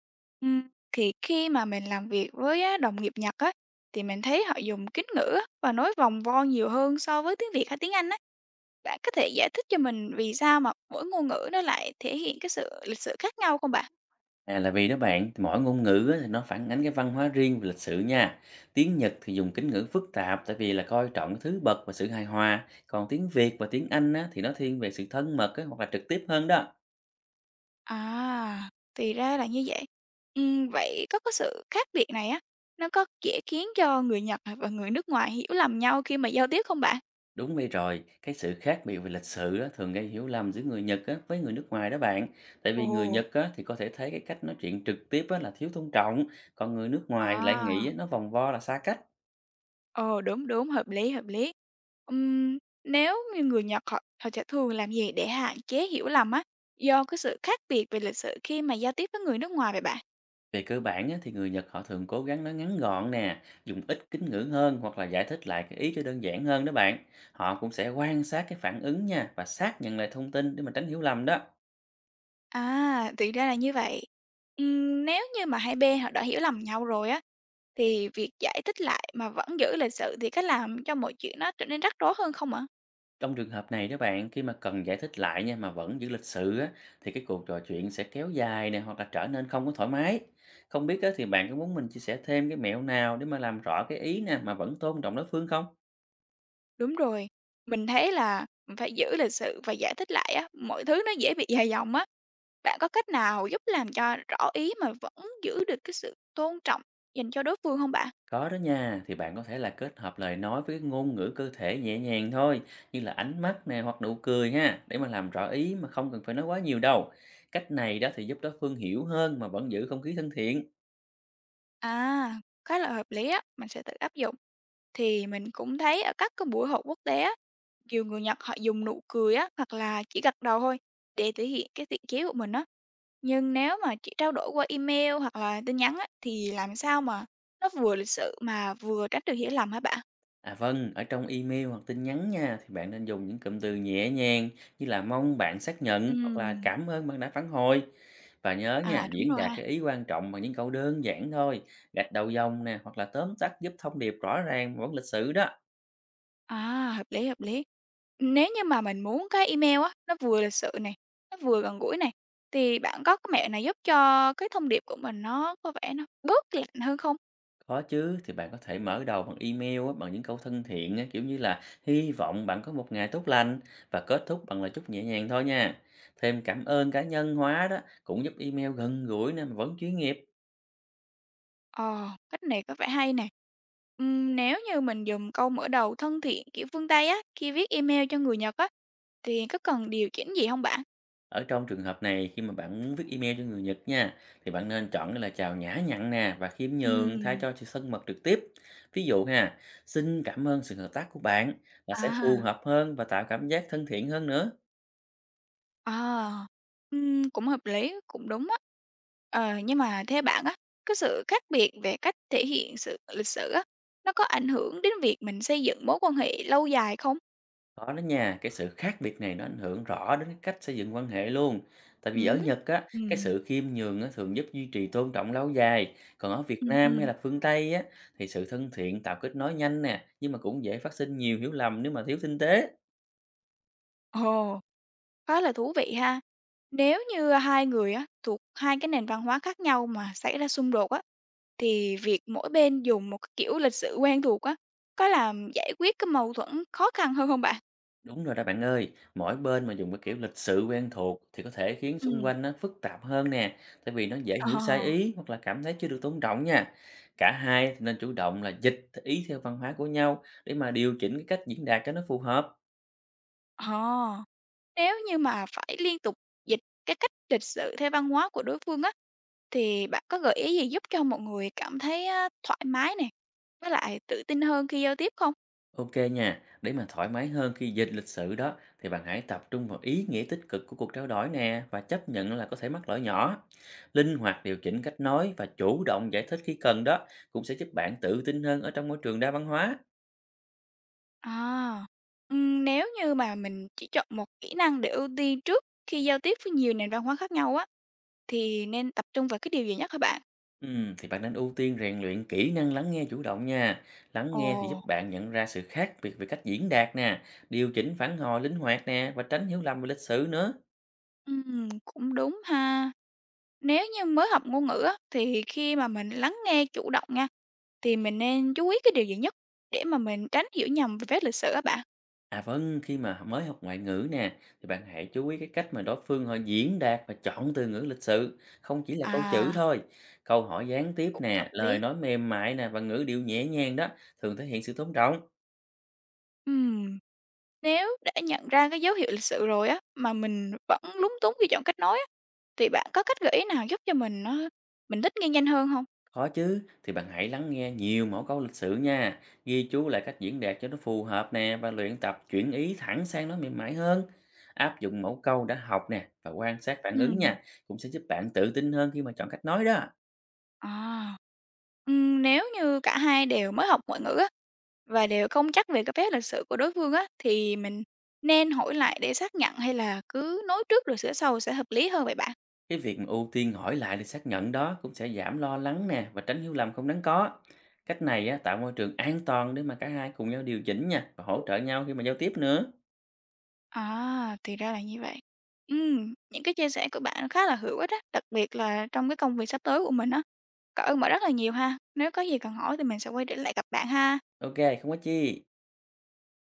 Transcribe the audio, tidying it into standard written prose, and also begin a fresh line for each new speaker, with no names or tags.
Ừm, thì khi mà mình làm việc với á, đồng nghiệp Nhật á, thì mình thấy họ dùng kính ngữ á, và nói vòng vo nhiều hơn so với tiếng Việt hay tiếng Anh á. Bạn có thể giải thích cho mình vì sao mà mỗi ngôn ngữ nó lại thể hiện cái sự lịch sử khác nhau không bạn?
À, là vì đó bạn, thì mỗi ngôn ngữ á, thì nó phản ánh cái văn hóa riêng về lịch sử nha. Tiếng Nhật thì dùng kính ngữ phức tạp tại vì là coi trọng cái thứ bậc và sự hài hòa. Còn tiếng Việt và tiếng Anh á, thì nó thiên về sự thân mật á, hoặc là trực tiếp hơn đó.
À, thì ra là như vậy. Vậy có cái sự khác biệt này á, nó có dễ khiến cho người Nhật và người nước ngoài hiểu lầm nhau khi mà giao tiếp không bạn?
Đúng vậy rồi, cái sự khác biệt về lịch sử á, thường gây hiểu lầm giữa người Nhật á, với người nước ngoài đó bạn. Tại vì người
Ồ,
Nhật á, thì có thể thấy cái cách nói chuyện trực tiếp á, là thiếu tôn trọng, còn người nước ngoài lại
à.
nghĩ á, nó vòng vo là xa cách.
Ờ, đúng, đúng, hợp lý, hợp lý. Ừm, nếu như người Nhật họ họ sẽ thường làm gì để hạn chế hiểu lầm á, do cái sự khác biệt về lịch sử khi mà giao tiếp với người nước ngoài vậy bạn?
Về cơ bản á, thì người Nhật họ thường cố gắng nói ngắn gọn nè, dùng ít kính ngữ hơn hoặc là giải thích lại cái ý cho đơn giản hơn đó bạn. Họ cũng sẽ quan sát cái phản ứng nha và xác nhận lại thông tin để mà tránh hiểu lầm đó.
À, thì ra là như vậy. Nếu như mà hai bên họ đã hiểu lầm nhau rồi á, thì việc giải thích lại mà vẫn giữ lịch sự thì có làm cho mọi chuyện nó trở nên rắc rối hơn không ạ?
Trong trường hợp này đó bạn, khi mà cần giải thích lại nha mà vẫn giữ lịch sự á, thì cái cuộc trò chuyện sẽ kéo dài nè hoặc là trở nên không có thoải mái. Không biết á, thì bạn có muốn mình chia sẻ thêm cái mẹo nào để mà làm rõ cái ý nè mà vẫn tôn trọng đối phương không?
Đúng rồi, mình thấy là mình phải giữ lịch sự và giải thích lại á, mọi thứ nó dễ bị dài dòng á. Bạn có cách nào giúp làm cho rõ ý mà vẫn giữ được cái sự tôn trọng dành cho đối phương không bạn?
Có đó nha, thì bạn có thể là kết hợp lời nói với cái ngôn ngữ cơ thể nhẹ nhàng thôi, như là ánh mắt nè hoặc nụ cười ha, để mà làm rõ ý mà không cần phải nói quá nhiều đâu. Cách này đó thì giúp đối phương hiểu hơn mà vẫn giữ không khí thân thiện.
À, khá là hợp lý á, mình sẽ tự áp dụng. Thì mình cũng thấy ở các cái buổi họp quốc tế á, nhiều người Nhật họ dùng nụ cười á, hoặc là chỉ gật đầu thôi để thể hiện cái thiện chí của mình á. Nhưng nếu mà chỉ trao đổi qua email hoặc là tin nhắn á, thì làm sao mà nó vừa lịch sự mà vừa tránh được hiểu lầm hả bạn?
À vâng, ở trong email hoặc tin nhắn nha, thì bạn nên dùng những cụm từ nhẹ nhàng như là mong bạn xác nhận hoặc là
Ừm,
cảm ơn bạn đã phản hồi. Và nhớ
à,
nha,
đúng
diễn
rồi
đạt
ha.
cái ý quan trọng bằng những câu đơn giản thôi, gạch đầu dòng nè hoặc là tóm tắt giúp thông điệp rõ ràng mà vẫn lịch sự đó.
À, hợp lý, hợp lý. Nếu như mà mình muốn cái email á, nó vừa lịch sự này, nó vừa gần gũi này, thì bạn có cái mẹo nào giúp cho cái thông điệp của mình nó có vẻ nó bớt lạnh hơn không?
Có chứ, thì bạn có thể mở đầu bằng email á, bằng những câu thân thiện á, kiểu như là hy vọng bạn có một ngày tốt lành, và kết thúc bằng lời chúc nhẹ nhàng thôi nha. Thêm cảm ơn cá nhân hóa đó cũng giúp email gần gũi nè mà vẫn chuyên nghiệp.
Ờ, cách này có vẻ hay nè. Nếu như mình dùng câu mở đầu thân thiện kiểu phương Tây á, khi viết email cho người Nhật á, thì có cần điều chỉnh gì không bạn?
Ở trong trường hợp này, khi mà bạn muốn viết email cho người Nhật nha, thì bạn nên chọn cái lời chào nhã nhặn nè và khiêm nhường thay
Ừm,
cho sự thân mật trực tiếp. Ví dụ ha, xin cảm ơn sự hợp tác của bạn là sẽ
à.
phù hợp hơn và tạo cảm giác thân thiện hơn nữa.
À, cũng hợp lý, cũng đúng á. Ờ, nhưng mà theo bạn á, cái sự khác biệt về cách thể hiện sự lịch sử á, nó có ảnh hưởng đến việc mình xây dựng mối quan hệ lâu dài không?
Có đó nha, cái sự khác biệt này nó ảnh hưởng rõ đến cái cách xây dựng quan hệ luôn. Tại vì ở
Ừm.
Nhật á, cái
Ừm.
sự khiêm nhường á, thường giúp duy trì tôn trọng lâu dài. Còn ở Việt
Ừm,
Nam hay
ừm.
là phương Tây á, thì sự thân thiện tạo kết nối nhanh nè, nhưng mà cũng dễ phát sinh nhiều hiểu lầm nếu mà thiếu tinh tế.
Ồ, khá là thú vị ha. Nếu như hai người á, thuộc hai cái nền văn hóa khác nhau mà xảy ra xung đột á, thì việc mỗi bên dùng một cái kiểu lịch sử quen thuộc á, có làm giải quyết cái mâu thuẫn khó khăn hơn không bạn?
Đúng rồi đó bạn ơi, mỗi bên mà dùng cái kiểu lịch sự quen thuộc thì có thể khiến
Ừ.
xung quanh nó phức tạp hơn nè, tại vì nó dễ
Ờ,
hiểu sai ý hoặc là cảm thấy chưa được tôn trọng nha. Cả hai thì nên chủ động là dịch ý theo văn hóa của nhau để mà điều chỉnh cái cách diễn đạt cho nó phù hợp.
ờ. Nếu như mà phải liên tục dịch cái cách lịch sự theo văn hóa của đối phương á, thì bạn có gợi ý gì giúp cho mọi người cảm thấy á, thoải mái nè, với lại tự tin hơn khi giao tiếp không?
Ok nha, để mà thoải mái hơn khi dịch lịch sử đó, thì bạn hãy tập trung vào ý nghĩa tích cực của cuộc trao đổi nè và chấp nhận là có thể mắc lỗi nhỏ. Linh hoạt điều chỉnh cách nói và chủ động giải thích khi cần đó cũng sẽ giúp bạn tự tin hơn ở trong môi trường đa văn hóa.
À, nếu như mà mình chỉ chọn một kỹ năng để ưu tiên trước khi giao tiếp với nhiều nền văn hóa khác nhau á, thì nên tập trung vào cái điều gì nhất hả bạn?
Thì bạn nên ưu tiên rèn luyện kỹ năng lắng nghe chủ động nha. Lắng
Ồ,
nghe thì giúp bạn nhận ra sự khác biệt về cách diễn đạt nè, điều chỉnh phản hồi linh hoạt nè và tránh hiểu lầm về lịch sử nữa.
cũng đúng ha. Nếu như mới học ngôn ngữ á, thì khi mà mình lắng nghe chủ động nha, thì mình nên chú ý cái điều gì nhất để mà mình tránh hiểu nhầm về phép lịch sử á bạn?
À vâng, khi mà mới học ngoại ngữ nè, thì bạn hãy chú ý cái cách mà đối phương họ diễn đạt và chọn từ ngữ lịch sự, không chỉ là câu chữ
À,
thôi. Câu hỏi gián tiếp
cũng hợp
nè, lời
lý.
nói mềm mại nè và ngữ điệu nhẹ nhàng đó thường thể hiện sự tôn trọng.
Ừm, nếu đã nhận ra cái dấu hiệu lịch sự rồi á, mà mình vẫn lúng túng khi chọn cách nói á, thì bạn có cách gợi ý nào giúp cho mình thích nghi nhanh hơn không?
Khó chứ, thì bạn hãy lắng nghe nhiều mẫu câu lịch sự nha, ghi chú lại cách diễn đạt cho nó phù hợp nè và luyện tập chuyển ý thẳng sang nói mềm mại hơn. Áp dụng mẫu câu đã học nè và quan sát phản ứng
Ừm,
nha, cũng sẽ giúp bạn tự tin hơn khi mà chọn cách nói đó.
à, nếu như cả hai đều mới học ngoại ngữ á, và đều không chắc về cái phép lịch sự của đối phương á, thì mình nên hỏi lại để xác nhận hay là cứ nói trước rồi sửa sau sẽ hợp lý hơn vậy bạn?
Cái việc mà ưu tiên hỏi lại để xác nhận đó cũng sẽ giảm lo lắng nè và tránh hiểu lầm không đáng có. Cách này á, tạo môi trường an toàn để mà cả hai cùng nhau điều chỉnh nha và hỗ trợ nhau khi mà giao tiếp nữa.
À, thì ra là như vậy. Những cái chia sẻ của bạn khá là hữu ích á, đặc biệt là trong cái công việc sắp tới của mình á. Cảm ơn bạn rất là nhiều ha. Nếu có gì cần hỏi thì mình sẽ quay trở lại gặp bạn ha.
Ok, không có chi.